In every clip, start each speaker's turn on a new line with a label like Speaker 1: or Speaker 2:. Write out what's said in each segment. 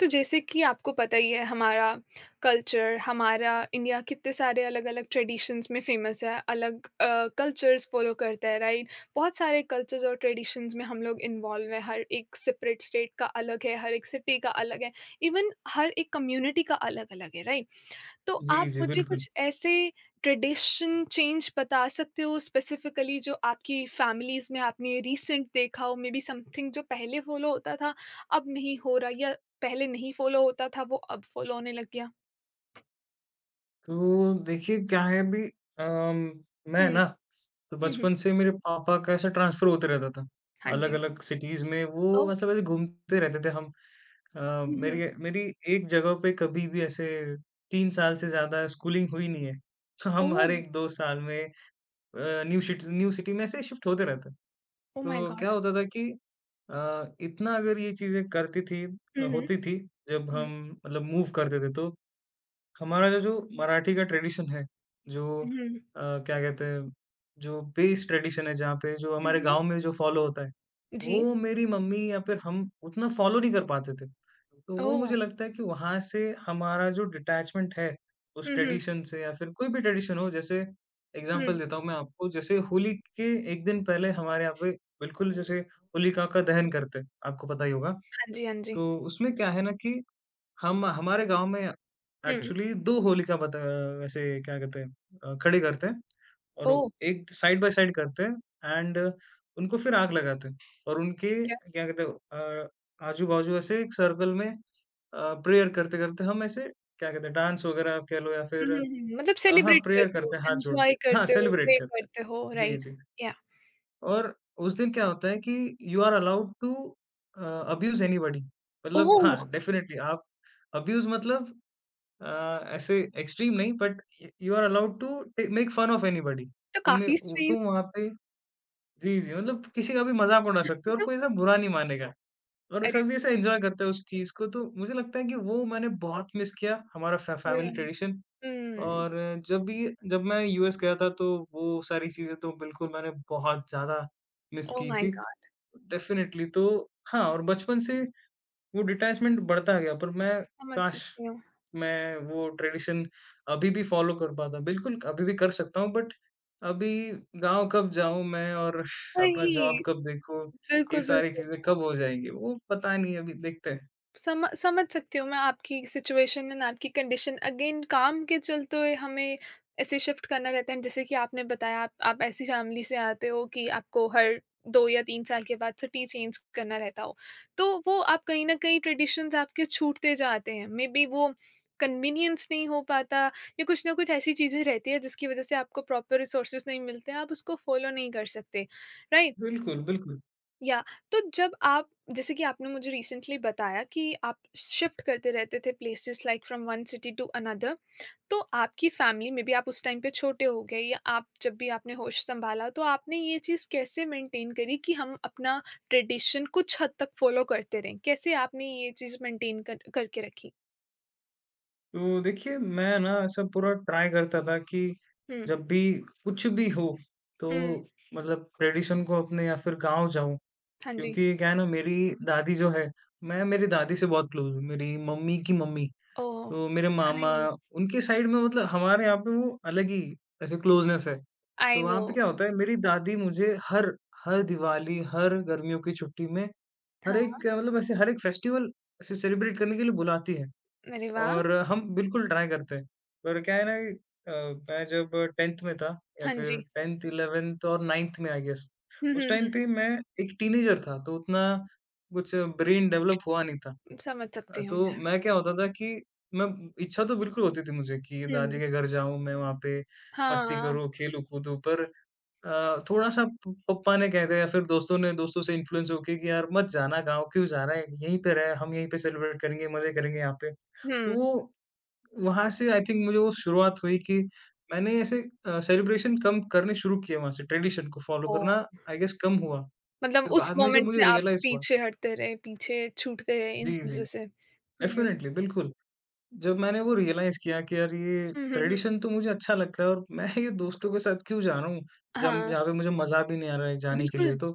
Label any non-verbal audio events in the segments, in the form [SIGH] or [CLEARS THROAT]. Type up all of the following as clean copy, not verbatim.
Speaker 1: तो जैसे कि आपको पता ही है हमारा कल्चर हमारा इंडिया कितने सारे अलग अलग ट्रेडिशंस में फेमस है अलग कल्चर्स फॉलो करता है राइट। बहुत सारे कल्चर्स और ट्रेडिशंस में हम लोग इन्वॉल्व हैं। हर एक सेपरेट स्टेट का अलग है, हर एक सिटी का अलग है, इवन हर एक कम्युनिटी का अलग अलग है, राइट? तो
Speaker 2: जी,
Speaker 1: आप
Speaker 2: जी,
Speaker 1: मुझे
Speaker 2: बिल्कुल।
Speaker 1: कुछ ऐसे ट्रेडिशन चेंज बता सकते हो स्पेसिफिकली जो आपकी फैमिलीज में आपने रिसेंट देखा हो, मे बी समथिंग जो पहले फॉलो होता था अब नहीं हो रहा, या पहले नहीं फॉलो होता था वो अब फॉलो होने लग गया।
Speaker 2: तो देखिए क्या है अभी, मैं
Speaker 1: हम्म।
Speaker 2: ना तो
Speaker 1: हम्म।
Speaker 2: बचपन से मेरे पापा का ऐसा ट्रांसफ़र होते रहता था,
Speaker 1: हाँ जी।
Speaker 2: अलग-अलग सिटीज़ में
Speaker 1: ओ।
Speaker 2: वो मतलब ऐसे घूमते रहते थे हम। अ,
Speaker 1: हम्म।
Speaker 2: मेरी मेरी एक जगह पे कभी भी ऐसे 3 साल से ज़्यादा स्कूलिंग हुई नहीं है। तो
Speaker 1: ओ।
Speaker 2: हम हर 1-2 साल में uh, new shit new city में ऐसे शिफ्ट होते रहते।
Speaker 1: ओ माय
Speaker 2: तो क्या
Speaker 1: गॉड।
Speaker 2: होता था कि अ, इतना अगर ये चीज़ें करती थी
Speaker 1: हम्म।
Speaker 2: होती थी, जब
Speaker 1: हम्म।
Speaker 2: हम मतलब मूव करते थे तो हमारा जो जो मराठी का ट्रेडिशन है, जो
Speaker 1: हम्म।
Speaker 2: अ, क्या कहते हैं, जो बेस ट्रेडिशन है जहाँ पे जो हमारे
Speaker 1: हम्म।
Speaker 2: गाँव में जो फॉलो होता है,
Speaker 1: जी।
Speaker 2: वो मेरी मम्मी या फिर हम उतना फॉलो नहीं कर पाते थे। तो वो
Speaker 1: ओ।
Speaker 2: मुझे लगता है कि वहाँ से हमारा जो डिटैचमेंट है, उस
Speaker 1: हम्म। हम्म।
Speaker 2: ट्रेडिशन से या फिर कोई भी ट्रेडिशन हो, जैसे
Speaker 1: हम्म,
Speaker 2: एग्ज़ाम्पल देता हूँ मैं आपको, जैसे होली के 1 दिन पहले हमारे यहाँ पे बिल्कुल जैसे होलिका का दहन करते हैं, आपको पता ही होगा।
Speaker 1: हाँ जी, हाँ जी।
Speaker 2: तो उसमें क्या है ना कि हम हमारे गाँव में
Speaker 1: हम्म।
Speaker 2: एक्चुअली 2 होलिका बता वैसे क्या कहते हैं, खड़ी करते हैं और
Speaker 1: ओ।
Speaker 2: वो एक साइड बाय साइड करते हैं एंड उनको फिर आग लगाते हैं और उनके
Speaker 1: क्या।
Speaker 2: क्या कहते हैं आजू-बाजू ऐसे एक सर्कल में प्रेयर करते-करते हम ऐसे क्या कहते हैं, डांस वगैरह कह लो या फिर
Speaker 1: हम्म। मतलब
Speaker 2: हाँ,
Speaker 1: सेलिब्रेट
Speaker 2: प्रेयर
Speaker 1: करते हो,
Speaker 2: करते हैं हाथ जोड़ के।
Speaker 1: एंजॉय
Speaker 2: हाँ,
Speaker 1: करते हो,
Speaker 2: सेलिब्रेट
Speaker 1: प्रे
Speaker 2: करते हैं।
Speaker 1: करते हो,
Speaker 2: जी,
Speaker 1: राइट?
Speaker 2: जी। और उस दिन क्या होता है कि you are allowed to uh, abuse anybody, मतलब
Speaker 1: ओह!
Speaker 2: हाँ, डेफिनिटली आप अब्यूज़ मतलब अ, ऐसे एक्सट्रीम नहीं, but you are allowed to make fun of anybody.
Speaker 1: तो
Speaker 2: तुम
Speaker 1: काफ़ी स्ट्रेन
Speaker 2: तुम वहाँ पे, जी, जी, मतलब किसी का भी मज़ाक उड़ा सकते
Speaker 1: है
Speaker 2: हो और कोई
Speaker 1: ना।
Speaker 2: ऐसा बुरा नहीं मानेगा और
Speaker 1: अरे।
Speaker 2: सभी ऐसे एन्जॉय करते हैं उस चीज़ को। तो मुझे लगता है कि वो मैंने बहुत मिस किया हमारा फ़ैमिली
Speaker 1: हुँ,
Speaker 2: ट्रेडिशन।
Speaker 1: हुँ,
Speaker 2: और जब भी, जब मैं यूएस गया था तो वो सारी चीज़ें तो बिल्कुल मैंने बहुत ज़्यादा मिस
Speaker 1: ओह
Speaker 2: की
Speaker 1: माय
Speaker 2: थी।
Speaker 1: गॉड!
Speaker 2: डेफ़िनेटली तो हाँ, और बचपन से वो डिटैचमेंट बढ़ता गया पर मैं
Speaker 1: समझ
Speaker 2: काश
Speaker 1: सकती हूँ।
Speaker 2: मैं वो ट्रेडिशन अभी भी फ़ॉलो कर पाता। बिल्कुल, अभी भी कर सकता हूँ बट अभी गाँव कब जाऊँ मैं और [LAUGHS] अपना
Speaker 1: वही,
Speaker 2: जॉब कब देखूँ, ये
Speaker 1: बिल्कुल,
Speaker 2: सारी
Speaker 1: बिल्कुल।
Speaker 2: चीज़ें कब हो जाएँगी, वो पता नहीं, अभी देखते हैं।
Speaker 1: सम समझ सकती हूँ मैं आपकी सिचुएशन एंड आपकी कंडीशन। अगेन काम के चलते हुए हमें ऐसे शिफ्ट करना रहता है, जैसे कि आपने बताया आप ऐसी फैमिली से आते हो कि आपको हर 2 या 3 साल के बाद सिटी चेंज करना रहता हो। तो वो आप कहीं न कहीं ट्रेडिशंस आपके छूटते जाते हैं। मे बी वो कन्वीनियंस नहीं हो पाता, या कुछ ना कुछ ऐसी चीज़ें रहती हैं जिसकी वज़ह से आपको प्रॉपर रिसोर्सेज़ नहीं मिलते हैं, आप उसको फ़ॉलो नहीं कर सकते, राइट?
Speaker 2: बिल्कुल, बिल्कुल।
Speaker 1: या जब आप, जैसे कि आपने मुझे रिसेंटली बताया कि आप शिफ्ट करते रहते थे places, like from one city to another, तो आपकी फैमिली में भी आप उस टाइम पे छोटे हो गए, या आप जब भी आपने होश संभाला तो आपने ये चीज़ कैसे मेंटेन करी कि हम अपना ट्रेडिशन कुछ हद तक फॉलो करते रहें, कैसे आपने ये चीज़ मेंटेन कर, करके रखी?
Speaker 2: तो देखिए मैं ना ऐसा पूरा ट्राई करता था कि
Speaker 1: हम्म।
Speaker 2: जब भी कुछ भी हो,
Speaker 1: हम्म।
Speaker 2: तो मतलब ट्रेडिशन को अपने या फिर गाँव जाऊँ,
Speaker 1: हाँ जी।
Speaker 2: क्योंकि क्या है ना, मेरी दादी जो है, मैं मेरी दादी से बहुत क्लोज़ हूँ, मेरी मम्मी की मम्मी।
Speaker 1: ओह।
Speaker 2: तो मेरे मामा
Speaker 1: नाइस।
Speaker 2: उनके साइड में मतलब हमारे यहाँ पे वो अलग ही ऐसे क्लोजनेस है।
Speaker 1: आई
Speaker 2: तो
Speaker 1: नो।
Speaker 2: वहाँ पे क्या होता है, मेरी दादी मुझे हर हर दिवाली, हर गर्मियों की छुट्टी में, हर
Speaker 1: हाँ।
Speaker 2: एक मतलब ऐसे हर एक फेस्टिवल ऐसे सेलिब्रेट करने के लिए बुलाती है
Speaker 1: अरे वाह।
Speaker 2: और हम बिल्कुल ट्राई करते हैं। पर क्या है ना कि अ, मैं जब 10th में था, या
Speaker 1: हाँ
Speaker 2: फिर
Speaker 1: जी।
Speaker 2: 10th, 11th और 9th में आई गेस,
Speaker 1: हम्म।
Speaker 2: उस टाइम
Speaker 1: हम्म।
Speaker 2: पे मैं एक टीनेजर था तो उतना कुछ ब्रेन डेवलप हुआ नहीं था।
Speaker 1: समझ सकती हूँ
Speaker 2: तो
Speaker 1: मैं।
Speaker 2: मैं क्या होता था कि मैं, इच्छा तो बिल्कुल होती थी मुझे कि
Speaker 1: हम्म।
Speaker 2: दादी के घर जाऊँ, मैं वहाँ पे मस्ती
Speaker 1: हाँ।
Speaker 2: करूँ, खेलूँ-कूदूँ, पर थोड़ा-सा प पप्पा ने कह दिया या फिर दोस्तों ने, दोस्तों से इन्फ्लुएंस होके कि यार मत जाना गाँव, क्यों जा रहा है? यहीं पे रह, हम यहीं पे सेलिब्रेट करेंगे, मज़े करेंगे यहाँ पे। तो
Speaker 1: हम्म।
Speaker 2: वो वहाँ से आई थिंक मुझे वो शुरुआत हुई कि मैंने ऐसे सेलिब्रेशन कम करने शुरू किए वहाँ से, ट्रेडिशन को फ़ॉलो
Speaker 1: ओ।
Speaker 2: करना आई गेस कम हुआ।
Speaker 1: मतलब
Speaker 2: फिर
Speaker 1: उस
Speaker 2: बाद में जब
Speaker 1: मोमेंट से
Speaker 2: मुझे
Speaker 1: आप
Speaker 2: रियलाइज़ हुआ।
Speaker 1: पीछे हटते रहे, पीछे छूटते रहे इन
Speaker 2: जी, जी।
Speaker 1: चीज़ों से। हुँ, हुँ,
Speaker 2: डेफ़िनेटली, बिल्कुल। जब मैंने वो रियलाइज़ किया कि यार ये
Speaker 1: हुँ, हुँ।
Speaker 2: ट्रेडिशन तो मुझे अच्छा लगता है और मैं ये दोस्तों के साथ क्यों जा रहा हूँ, जब
Speaker 1: हाँ,
Speaker 2: यहाँ पे मुझे मज़ा भी नहीं आ रहा है जाने के
Speaker 1: बिल्कुल।
Speaker 2: लिए। तो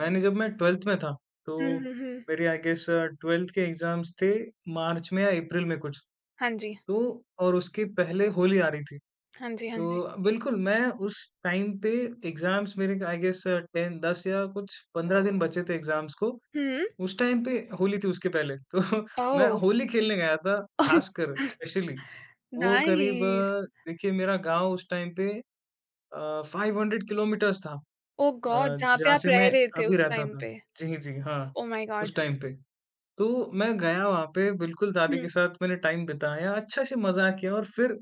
Speaker 2: मैंने, जब मैं 12th में था,
Speaker 1: हुँ,
Speaker 2: तो
Speaker 1: हुँ, हुँ।
Speaker 2: मेरे आई गेस 12th के एग्ज़ाम्स थे, मार्च में या अप्रैल में कुछ,
Speaker 1: हाँ जी,
Speaker 2: तो और उसके पहले होली आ रही थी।
Speaker 1: हाँ जी, हाँ जी।
Speaker 2: तो बिल्कुल, मैं उस टाइम पे एग्ज़ाम्स मेरे आई गेस 10 या कुछ 15 दिन बचे थे एग्ज़ाम्स को,
Speaker 1: हुँ।
Speaker 2: उस टाइम पे होली थी उसके पहले। तो [LAUGHS] मैं
Speaker 1: ओह!
Speaker 2: होली खेलने गया था, ख़ासकर
Speaker 1: [LAUGHS]
Speaker 2: स्पेशली। वो करीब
Speaker 1: नाइस।
Speaker 2: देखिए मेरा गाँव उस टाइम पे 500 किलोमीटर्स था
Speaker 1: ओह गॉड! जहाँ पे
Speaker 2: जहाँ
Speaker 1: आप
Speaker 2: से
Speaker 1: रह
Speaker 2: मैं
Speaker 1: रहे थे
Speaker 2: अभी
Speaker 1: उस
Speaker 2: रहता
Speaker 1: टाइम
Speaker 2: था।
Speaker 1: पे।
Speaker 2: जी, जी, हाँ,
Speaker 1: ओह माय गॉड!
Speaker 2: उस टाइम पे। तो मैं गया वहाँ पे, बिल्कुल दादी के
Speaker 1: हुँ,
Speaker 2: साथ मैंने टाइम बिताया, अच्छा से मज़ा किया और फिर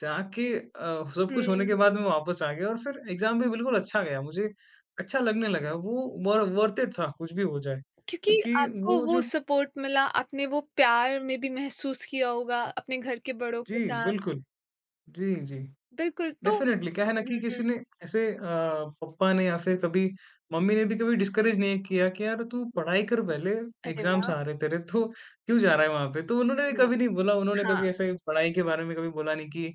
Speaker 2: जाके सब कुछ होने के बाद मैं
Speaker 1: हुँ।
Speaker 2: वापस आ गया और फिर एग्ज़ाम भी बिल्कुल अच्छा गया। मुझे अच्छा लगने लगा, वो वर वर्थ इट था कुछ भी हो जाए।
Speaker 1: क्योंकि
Speaker 2: क्योंकि
Speaker 1: आपको
Speaker 2: वो
Speaker 1: वो
Speaker 2: जो
Speaker 1: सपोर्ट मिला, आपने वो प्यार में भी महसूस किया होगा अपने घर के बड़ों के
Speaker 2: जी,
Speaker 1: साथ।
Speaker 2: बिल्कुल। जी, जी।
Speaker 1: बिल्कुल, तो
Speaker 2: डेफ़िनेटली क्या है ना
Speaker 1: हुँ,
Speaker 2: कि
Speaker 1: हुँ।
Speaker 2: किसी ने ऐसे पप्पा ने या फिर कभी मम्मी ने भी कभी डिस्करेज नहीं किया कि यार तू पढ़ाई कर पहले,
Speaker 1: अरे
Speaker 2: एग्ज़ाम्स
Speaker 1: वाह!
Speaker 2: आ रहे हैं तेरे तो क्यों जा रहा है वहाँ पे? तो उन्होंने भी
Speaker 1: नाइ
Speaker 2: कभी नहीं बोला, उन्होंने
Speaker 1: हाँ।
Speaker 2: कभी ऐसे पढ़ाई के बारे में कभी बोला नहीं कि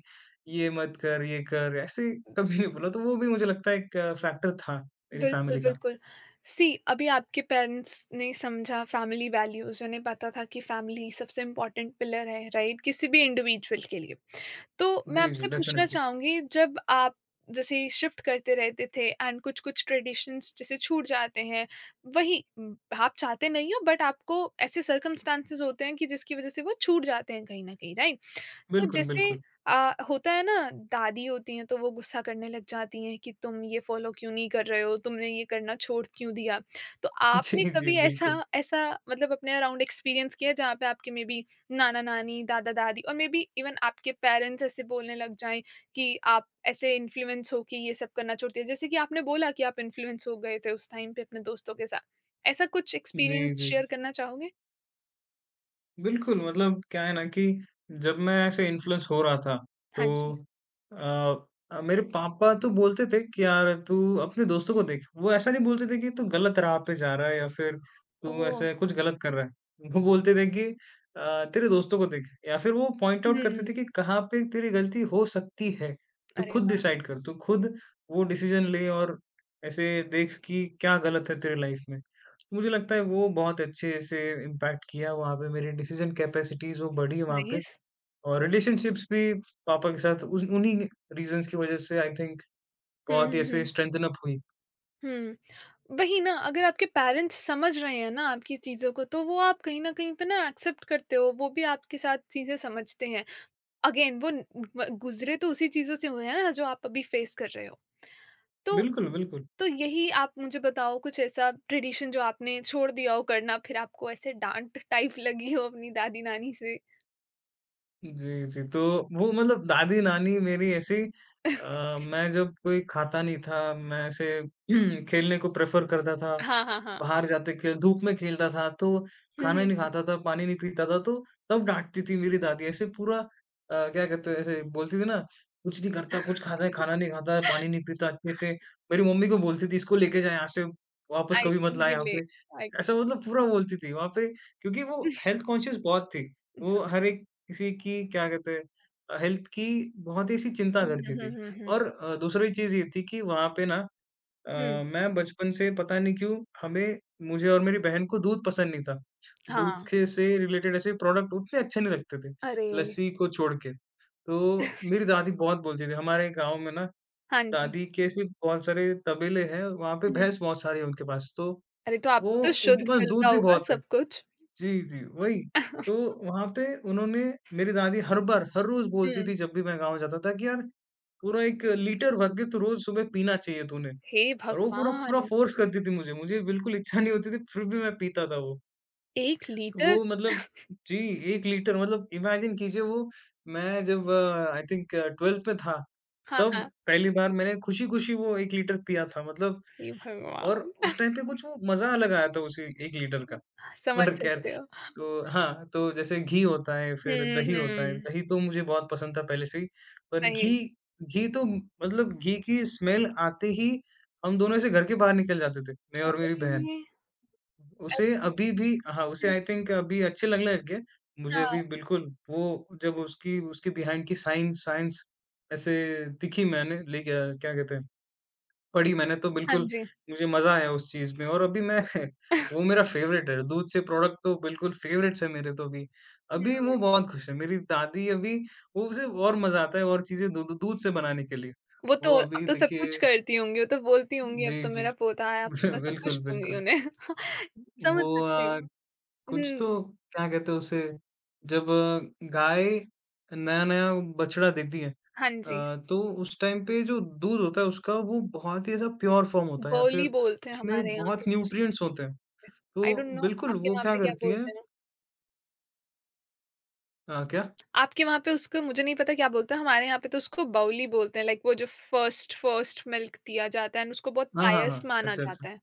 Speaker 2: ये मत कर, ये कर, ऐसे कभी नहीं बोला। तो वो भी मुझे लगता है एक फैक्टर था मेरी
Speaker 1: बिल्कुल,
Speaker 2: फैमिली का।
Speaker 1: बिल्कुल। सी, अभी आपके पेरेंट्स ने समझा फ़ैमिली वैल्यूज़, उन्हें पता था कि फ़ैमिली सबसे इम्पोर्टेंट पिलर है, राइट? किसी भी इंडिविजुअल के लिए। तो मैं
Speaker 2: जी, जी,
Speaker 1: आपसे पूछना
Speaker 2: डेफ़िनेटली।
Speaker 1: चाहूँगी, जब आप जैसे शिफ्ट करते रहते थे एंड कुछ-कुछ ट्रेडिशंस जैसे छूट जाते हैं, वही आप चाहते नहीं हो बट आपको ऐसे सर्कमस्टांसेस होते हैं कि जिसकी वज़ह से वो छूट जाते हैं कहीं न कहीं, राइट? तो
Speaker 2: बिल्कुल,
Speaker 1: जैसे
Speaker 2: बिल्कुल।
Speaker 1: अ, होता है ना, दादी होती हैं तो वो गुस्सा करने लग जाती हैं कि तुम ये फ़ॉलो क्यों नहीं कर रहे हो, तुमने ये करना छोड़ क्यों दिया? तो
Speaker 2: [LAUGHS]
Speaker 1: आपने
Speaker 2: जी, जी,
Speaker 1: कभी ऐसा
Speaker 2: बिल्कुल।
Speaker 1: ऐसा मतलब अपने अराउंड एक्सपीरियंस किया है जहाँ पे आपके मेबी नाना-नानी, दादा-दादी और मे बी इवन आपके पेरेंट्स ऐसे बोलने लग जाएँ कि आप ऐसे इन्फ्लुएंस हो के ये सब करना छोड़ते हैं? जैसे कि आपने बोला कि आप इन्फ्लुएंस हो गए थे उस टाइम पे अपने दोस्तों के साथ। ऐसा कुछ
Speaker 2: जी,
Speaker 1: एक्सपीरियंस
Speaker 2: जी।
Speaker 1: शेयर करना चाहोगे?
Speaker 2: बिल्कुल, मतलब क्या है ना कि जब मैं ऐसे इन्फ्लुएंस हो रहा था,
Speaker 1: हाँ जी।
Speaker 2: तो अ मेरे पापा तो बोलते थे कि यार तू अपने दोस्तों को देख। वो ऐसा नहीं बोलते थे कि तू गलत राह पे जा रहा है या फिर तू
Speaker 1: ओह!
Speaker 2: ऐसे कुछ गलत कर रहा है। वो बोलते थे कि तेरे दोस्तों को देख या फिर वो पॉइंट आउट करते
Speaker 1: हुँ,
Speaker 2: थे कि कहाँ पे तेरी गलती हो सकती है। तू
Speaker 1: अरे
Speaker 2: खुद
Speaker 1: वाह!
Speaker 2: डिसाइड कर, तू खुद वो डिसीज़न ले और ऐसे देख कि क्या गलत है तेरी लाइफ़ में। मुझे लगता है वो बहुत अच्छे से इम्पैक्ट किया, वहाँ पे मेरी डिसीज़न कैपेसिटीज़ वो बढ़ी वहाँ पे,
Speaker 1: नाइस।
Speaker 2: और रिलेशनशिप्स भी पापा के साथ उन उन्हीं रीज़न्स की वज़ह से आई थिंक
Speaker 1: हुँ,
Speaker 2: बहुत ही
Speaker 1: हुँ,
Speaker 2: ऐसे
Speaker 1: हुँ।
Speaker 2: स्ट्रेंथन अप हुई।
Speaker 1: हुँ, वही ना, अगर आपके पेरेंट्स समझ रहे हैं ना आपकी चीज़ों को तो वो आप कहीं न कहीं पे ना एक्सेप्ट करते हो, वो भी आपके साथ चीज़ें समझते हैं। अगेन वो न व गुज़रे तो उसी चीज़ों से हुए हैं ना जो आप अभी फेस कर रहे हो। तो
Speaker 2: बिल्कुल, बिल्कुल।
Speaker 1: तो यही आप मुझे बताओ, कुछ ऐसा ट्रेडिशन जो आपने छोड़ दिया हो करना, फिर आपको ऐसे डाँट टाइप लगी हो अपनी दादी-नानी से?
Speaker 2: जी, जी। तो वो मतलब दादी-नानी मेरी ऐसी, मैं जब कोई खाता नहीं था, मैं ऐसे [CLEARS THROAT] खेलने को प्रेफ़र करता था,
Speaker 1: हाँ, हाँ, हाँ।
Speaker 2: बाहर जाते खेल धूप में खेलता था, तो
Speaker 1: हुँ,
Speaker 2: खाना नहीं
Speaker 1: हुँ।
Speaker 2: खाता था, पानी नहीं पीता था, तो तब डाँटती थी मेरी दादी, ऐसे पूरा क्या कहते हैं, ऐसे बोलती थी ना, कुछ नहीं करता, कुछ खाता है, खाना नहीं खाता है, पानी
Speaker 1: [LAUGHS]
Speaker 2: नहीं पीता अच्छे से। मेरी मम्मी को बोलती थी इसको लेके जा यहाँ से, वापस
Speaker 1: आई
Speaker 2: कभी मत
Speaker 1: कैन
Speaker 2: ला यहाँ
Speaker 1: रिलेट।
Speaker 2: पे।
Speaker 1: आई
Speaker 2: ऐसा मतलब पूरा बोलती थी वहाँ पे, क्योंकि वो
Speaker 1: [LAUGHS]
Speaker 2: हेल्थ कॉन्शियस बहुत थी। वो हर एक किसी की क्या कहते हैं हेल्थ की बहुत ही ऐसी चिंता
Speaker 1: हुँ,
Speaker 2: करती
Speaker 1: हुँ,
Speaker 2: थी।
Speaker 1: हुँ, हुँ,
Speaker 2: और दूसरी चीज़ ये थी कि वहाँ पे ना अ,
Speaker 1: हुँ,
Speaker 2: मैं बचपन से पता नहीं क्यों, हमें, मुझे और मेरी बहन को दूध पसंद नहीं था। दूध
Speaker 1: हाँ।
Speaker 2: के से रिलेटेड ऐसे प्रोडक्ट उतने अच्छे नहीं लगते थे,
Speaker 1: अरे!
Speaker 2: लस्सी को छोड़ के। तो मेरी दादी बहुत बोलती थी, हमारे गाँव में ना
Speaker 1: हाँ जी।
Speaker 2: दादी के ऐसे बहुत सारे तबेले हैं, वहाँ पे
Speaker 1: हुँ।
Speaker 2: भैंस बहुत सारी है उनके पास, तो
Speaker 1: अरे! तो
Speaker 2: वो
Speaker 1: आपको तो शुद्ध
Speaker 2: उनके पास
Speaker 1: मिलता
Speaker 2: दूध भी
Speaker 1: होगा
Speaker 2: बहुत है।
Speaker 1: सब कुछ।
Speaker 2: जी, जी, वही। तो
Speaker 1: [LAUGHS]
Speaker 2: वहाँ पे उन्होंने, मेरी दादी हर बार, हर रोज़ बोलती
Speaker 1: हुँ।
Speaker 2: थी जब भी मैं गाँव जाता था कि यार पूरा 1 लीटर भर के तो रोज़ सुबह पीना चाहिए तूने।
Speaker 1: हे
Speaker 2: और वो पूरा पूरा
Speaker 1: भगवान!
Speaker 2: फ़ोर्स करती थी मुझे, मुझे बिल्कुल इच्छा नहीं होती थी फिर भी मैं पीता था वो।
Speaker 1: 1 लीटर!
Speaker 2: वो मतलब जी, 1 लीटर मतलब इमेजिन कीजिए वो, मैं जब आई थिंक 12th में था,
Speaker 1: हाँ,
Speaker 2: तब
Speaker 1: हाँ।
Speaker 2: पहली बार मैंने खुशी-खुशी वो 1 लीटर पिया था मतलब,
Speaker 1: हे
Speaker 2: और
Speaker 1: भगवान!
Speaker 2: उस टाइम
Speaker 1: [LAUGHS]
Speaker 2: पे कुछ वो मज़ा अलग आया था उसी 1 लीटर का। [LAUGHS]
Speaker 1: समझ
Speaker 2: पर ख़ैर,
Speaker 1: सकते हो।
Speaker 2: तो हाँ, तो जैसे घी होता है, फिर
Speaker 1: हुँ,
Speaker 2: दही होता है,
Speaker 1: हुँ,
Speaker 2: दही तो मुझे बहुत पसंद था पहले से ही, पर
Speaker 1: सही
Speaker 2: घी, घी तो मतलब घी की स्मेल आते ही हम दोनों ऐसे घर के बाहर निकल जाते थे, मैं और मेरी बहन।
Speaker 1: में।
Speaker 2: उसे अभी भी, हाँ, उसे
Speaker 1: हुँ,
Speaker 2: आई थिंक अभी अच्छे लगने लग गए। मुझे
Speaker 1: हाँ,
Speaker 2: अभी बिल्कुल वो जब उसकी उसके बिहाइंड की साइंस साइंस ऐसे दिखी मैंने लेके क्या कहते हैं, पढ़ी मैंने तो
Speaker 1: हाँ
Speaker 2: बिल्कुल
Speaker 1: जी।
Speaker 2: मुझे मज़ा आया उस चीज़ में और अभी मैं [LAUGHS]
Speaker 1: [LAUGHS]
Speaker 2: वो मेरा फ़ेवरेट है। दूध से प्रोडक्ट तो बिल्कुल फ़ेवरेट्स है मेरे तो अभी। अभी
Speaker 1: हुँ,
Speaker 2: वो बहुत खुश है, मेरी दादी अभी, वो उसे और मज़ा आता है और चीज़ें दू दू दूध से बनाने के लिए।
Speaker 1: वो तो
Speaker 2: वो
Speaker 1: अब
Speaker 2: अभी
Speaker 1: तो सब कुछ
Speaker 2: देखिए,
Speaker 1: करती होंगी, वो तो बोलती होंगी
Speaker 2: जी,
Speaker 1: अब तो
Speaker 2: जी।
Speaker 1: मेरा पोता है, अब तो मैं
Speaker 2: [LAUGHS]
Speaker 1: सब कुछ
Speaker 2: बिल्कुल,
Speaker 1: दूँगी
Speaker 2: बिल्कुल।
Speaker 1: उन्हें। [LAUGHS] समझ
Speaker 2: वो
Speaker 1: सकती
Speaker 2: अ
Speaker 1: हूँ।
Speaker 2: कुछ
Speaker 1: हुँ,
Speaker 2: तो क्या कहते हैं उसे, जब गाय नया-नया बछड़ा देती है,
Speaker 1: हाँ जी।
Speaker 2: तो उस टाइम पे जो दूध होता है उसका, वो बहुत ही ऐसा प्योर फॉर्म होता है या फिर
Speaker 1: बोली बोलते हैं
Speaker 2: उसमें
Speaker 1: हमारे यहाँ पे
Speaker 2: बहुत
Speaker 1: उस,
Speaker 2: न्यूट्रिएंट्स होते हैं।
Speaker 1: आई
Speaker 2: तो
Speaker 1: डोंट नो,
Speaker 2: बिल्कुल
Speaker 1: आपके
Speaker 2: वो
Speaker 1: वहाँ
Speaker 2: क्या
Speaker 1: पे क्या
Speaker 2: करती है?
Speaker 1: बोलते हैं?
Speaker 2: क्या?
Speaker 1: आपके वहाँ पे उसको मुझे नहीं पता क्या बोलते हैं, हमारे यहाँ पे तो उसको बाउली बोलते हैं, लाइक वो जो फर्स्ट फर्स्ट मिल्क दिया जाता है एंड उसको बहुत
Speaker 2: हाँ, हाँ,
Speaker 1: पायस
Speaker 2: हाँ।
Speaker 1: माना
Speaker 2: अच्छा, अच्छा।
Speaker 1: जाता है।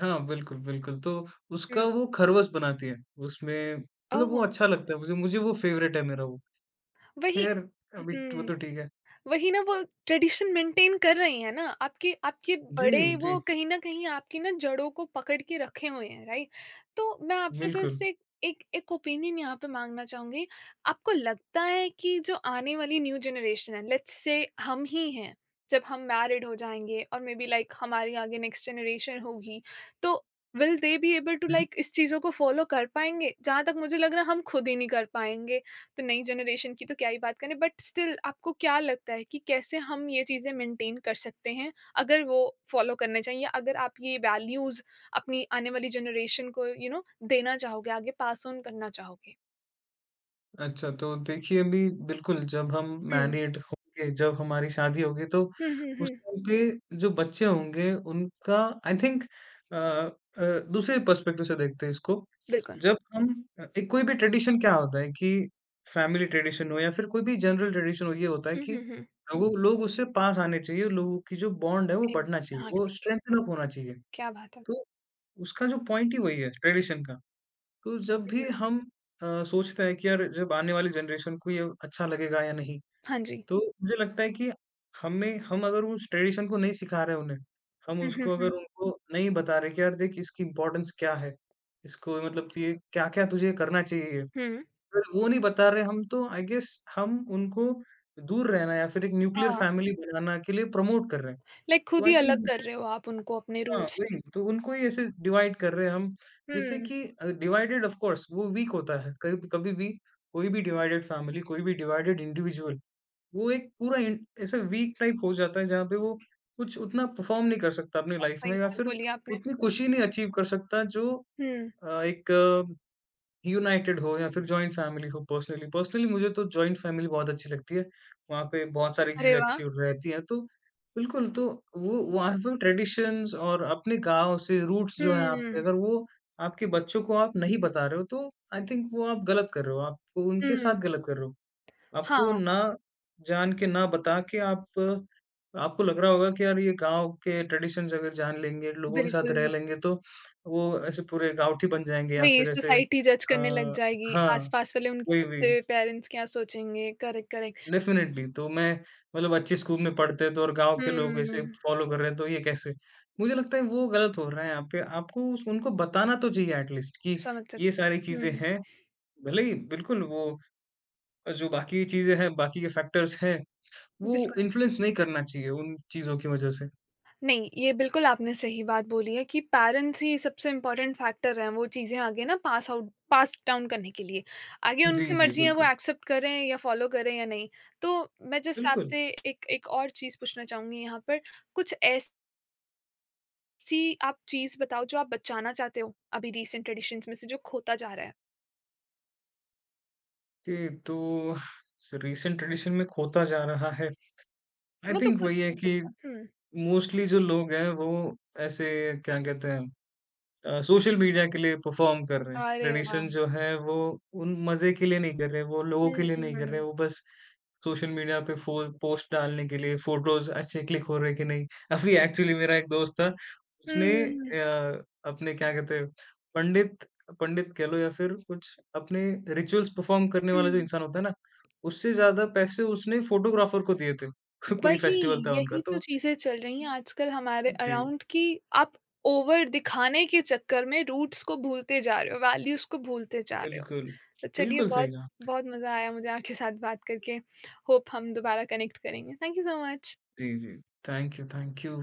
Speaker 2: हाँ, बिल्कुल, बिल्कुल। तो उसका
Speaker 1: हुँ,
Speaker 2: वो खरवस बनाती है। उसमें मतलब वो
Speaker 1: ओह!
Speaker 2: अच्छा लगता है मुझे, मुझे वो फ़ेवरेट है मेरा वो।
Speaker 1: वही।
Speaker 2: ख़ैर अभी वो
Speaker 1: हुँ।
Speaker 2: तो ठीक है।
Speaker 1: वही ना, वो ट्रेडिशन मेंटेन कर रहे हैं ना आपके आपके
Speaker 2: जी,
Speaker 1: बड़े,
Speaker 2: जी।
Speaker 1: वो कहीं ना कहीं आपकी ना जड़ों को पकड़ के रखे हुए हैं, राइट? तो मैं आपका
Speaker 2: बिल्कुल।
Speaker 1: जस्ट एक एक एक ओपिनियन यहाँ पे मांगना चाहूंगी। आपको लगता है कि जो आने वाली न्यू जनरेशन है, लेट्स से हम ही हैं, जब हम मैरिड हो जाएंगे और मे बी लाइक हमारी आगे नेक्स्ट जनरेशन होगी, तो will they be able to like इस चीज़ों को फॉलो कर पाएंगे? जहाँ तक मुझे लग रहा है हम खुद ही नहीं कर पाएंगे, तो नई जनरेशन की तो क्या ही बात करें। बट स्टिल आपको क्या लगता है कि कैसे हम ये चीज़ें मेंटेन कर सकते हैं, अगर वो फॉलो करने चाहिए, या अगर आप ये वैल्यूज़ अपनी आने वाली जनरेशन को यू you नो know, देना चाहोगे, आगे पास ऑन करना चाहोगे?
Speaker 2: अच्छा, तो देखिए अभी बिल्कुल जब हम
Speaker 1: हुँ,
Speaker 2: मैरिड होंगे, जब हमारी शादी होगी तो
Speaker 1: हुँ, हुँ,
Speaker 2: उस
Speaker 1: हुँ,
Speaker 2: टाइम पे जो बच्चे होंगे उनका आई थिंक दूसरे पर्सपेक्टिव से देखते हैं इसको।
Speaker 1: बिल्कुल।
Speaker 2: जब हम एक कोई भी ट्रेडिशन क्या होता है कि फैमिली ट्रेडिशन हो या फिर कोई भी जनरल ट्रेडिशन हो ये होता है
Speaker 1: हुँ,
Speaker 2: कि
Speaker 1: हुँ, हुँ,
Speaker 2: लोग उससे पास आने चाहिए, लोगों की जो बॉन्ड है वो बढ़ना चाहिए, वो
Speaker 1: एग्ज़ैक्टली,
Speaker 2: स्ट्रेंथन अप होना चाहिए।
Speaker 1: क्या बात है।
Speaker 2: तो उसका जो पॉइंट ही वही है ट्रेडिशन का। तो जब भी हम सोचते हैं कि यार जब आने वाली जनरेशन को ये अच्छा लगेगा या नहीं,
Speaker 1: हाँ जी।
Speaker 2: तो मुझे लगता है कि हमें हम अगर उस ट्रेडिशन को नहीं सिखा रहे उन्हें, हम
Speaker 1: हुँ, हुँ,
Speaker 2: उसको अगर
Speaker 1: हुँ,
Speaker 2: उनको नहीं बता रहे कि यार देख इसकी इम्पोर्टेंस क्या है, इसको मतलब ये क्या-क्या तुझे करना चाहिए।
Speaker 1: हुँ,
Speaker 2: अगर वो नहीं बता रहे हम तो आई गेस हम उनको दूर रहना या फिर एक न्यूक्लियर
Speaker 1: हाँ,
Speaker 2: फैमिली बनाना के लिए प्रमोट कर रहे हैं।
Speaker 1: लाइक
Speaker 2: तो
Speaker 1: खुद
Speaker 2: आई
Speaker 1: ही अलग
Speaker 2: थिंक
Speaker 1: कर रहे हो आप उनको अपने
Speaker 2: हाँ,
Speaker 1: रूट से।
Speaker 2: वही तो उनको ही ऐसे डिवाइड कर रहे हैं हम जिससे
Speaker 1: हुँ,
Speaker 2: कि डिवाइडेड ऑफ कोर्स वो वीक होता है कभी कभी भी कोई भी डिवाइडेड फैमिली कोई भी डिवाइडेड इंडिविजुअल वो एक पूरा ऐसे वीक टाइप हो जाता है जहाँ पे वो कुछ उतना परफॉर्म नहीं कर सकता अपनी लाइफ
Speaker 1: सही
Speaker 2: में या
Speaker 1: बात
Speaker 2: फिर
Speaker 1: बोली आपने।
Speaker 2: उतनी खुशी नहीं अचीव कर सकता जो
Speaker 1: हुँ,
Speaker 2: एक यूनाइटेड हो या फिर जॉइंट फैमिली हो पर्सनली। पर्सनली मुझे तो जॉइंट फैमिली बहुत अच्छी लगती है। वहाँ पे बहुत सारी
Speaker 1: अरे
Speaker 2: चीज़ें
Speaker 1: वाह!
Speaker 2: अच्छी रहती हैं तो बिल्कुल, तो वो वहाँ पे ट्रेडिशंस और अपने गाँव से रूट्स जो हैं
Speaker 1: हुँ,
Speaker 2: आपके अगर वो आपके बच्चों को आप नहीं बता रहे हो तो आई थिंक वो आप गलत कर रहे हो। आप उनके
Speaker 1: हुँ,
Speaker 2: साथ गलत कर रहे हो।
Speaker 1: हाँ,
Speaker 2: आपको ना जान के, ना बता के आप आपको लग रहा होगा कि यार ये गाँव के ट्रेडिशंस अगर जान लेंगे, लोगों के साथ रह
Speaker 1: बिल्कुल।
Speaker 2: लेंगे तो वो ऐसे पूरे गाँवठी बन जाएँगे या
Speaker 1: वही,
Speaker 2: फिर ऐसे
Speaker 1: सोसाइटी जज करने लग जाएगी,
Speaker 2: हाँ,
Speaker 1: आस-पास वाले उनके
Speaker 2: वही,
Speaker 1: बच्चे,
Speaker 2: वही
Speaker 1: पेरेंट्स क्या सोचेंगे? Correct, correct.
Speaker 2: डेफ़िनेटली तो मैं मतलब अच्छे स्कूल में पढ़ते तो और गाँव के लोग ऐसे
Speaker 1: हुँ,
Speaker 2: फ़ॉलो कर रहे हैं तो ये कैसे? मुझे लगता है वो गलत हो रहा है यहाँ पे आपको उनको बताना तो चाहिए एट लीस्ट कि
Speaker 1: समझ
Speaker 2: ये
Speaker 1: सकते हैं।
Speaker 2: सारी चीज़ें
Speaker 1: हुँ, हुँ,
Speaker 2: हैं। भले ही बिल्कुल वो जो बाकी चीज़ें हैं, बाकी के फैक्टर्स हैं वो
Speaker 1: बिल्कुल।
Speaker 2: इन्फ्लुएंस नहीं करना चाहिए उन चीज़ों की वजह से।
Speaker 1: नहीं, ये बिल्कुल आपने सही बात बोली है कि पेरेंट्स ही सबसे इम्पोर्टेंट फैक्टर हैं, वो चीज़ें आगे ना पास आउट पास डाउन करने के लिए। आगे
Speaker 2: जी,
Speaker 1: उनकी
Speaker 2: जी,
Speaker 1: मर्ज़ी है, वो
Speaker 2: बिल्कुल।
Speaker 1: एक्सेप्ट करें या फॉलो करें या नहीं। तो मैं जस्ट
Speaker 2: बिल्कुल,
Speaker 1: आपसे एक एक और चीज़ पूछना चाहूँगी यहाँ पर, कुछ ऐसी आप चीज़ बताओ जो आप बचाना चाहते हो, अभी रिसेंट ट्रेडिशंस में से जो खोता जा रहा है?
Speaker 2: जी, तो रीसेंट ट्रेडिशन में खोता जा रहा है। आई
Speaker 1: मतलब
Speaker 2: थिंक
Speaker 1: कुछ
Speaker 2: वही
Speaker 1: भी
Speaker 2: है
Speaker 1: हो
Speaker 2: कि
Speaker 1: सकता है। हुँ।
Speaker 2: मोस्टली जो लोग हैं वो ऐसे क्या कहते हैं, सोशल मीडिया के लिए परफ़ॉर्म कर रहे हैं।
Speaker 1: अरे वाह!
Speaker 2: ट्रेडिशन जो है वो उन मज़े के लिए नहीं कर रहे हैं, वो लोगों
Speaker 1: हुँ,
Speaker 2: के लिए
Speaker 1: हुँ,
Speaker 2: नहीं कर रहे
Speaker 1: हुँ,
Speaker 2: हैं, वो बस सोशल मीडिया पे फो पोस्ट डालने के लिए फोटोज़ अच्छे क्लिक हो रहे हैं कि नहीं। [LAUGHS] अभी एक्चुअली मेरा एक दोस्त था,
Speaker 1: हुँ,
Speaker 2: उसने
Speaker 1: हुँ,
Speaker 2: अपने क्या कहते हैं, पंडित पंडित कह लो या फिर कुछ अपने रिचुअल्स परफ़ॉर्म करने वाला जो
Speaker 1: हुँ।
Speaker 2: इंसान होता है ना, उससे ज़्यादा पैसे उसने फोटोग्राफ़र को दिए थे। [LAUGHS] कोई
Speaker 1: वही,
Speaker 2: फेस्टिवल था उनका
Speaker 1: यही तो
Speaker 2: तो
Speaker 1: चीज़ें चल रही हैं आजकल हमारे
Speaker 2: जी,
Speaker 1: अराउंड कि आप ओवर दिखाने के चक्कर में रूट्स को भूलते जा रहे हो, वैल्यूज़ को भूलते जा रहे हो।
Speaker 2: बिल्कुल।
Speaker 1: तो चलिए,
Speaker 2: बिल्कुल सही
Speaker 1: बहुत
Speaker 2: कहा।
Speaker 1: बहुत मज़ा आया मुझे आपके साथ बात करके। होप हम दोबारा कनेक्ट करेंगे। Thank you so much.
Speaker 2: जी, जी। Thank you, thank you.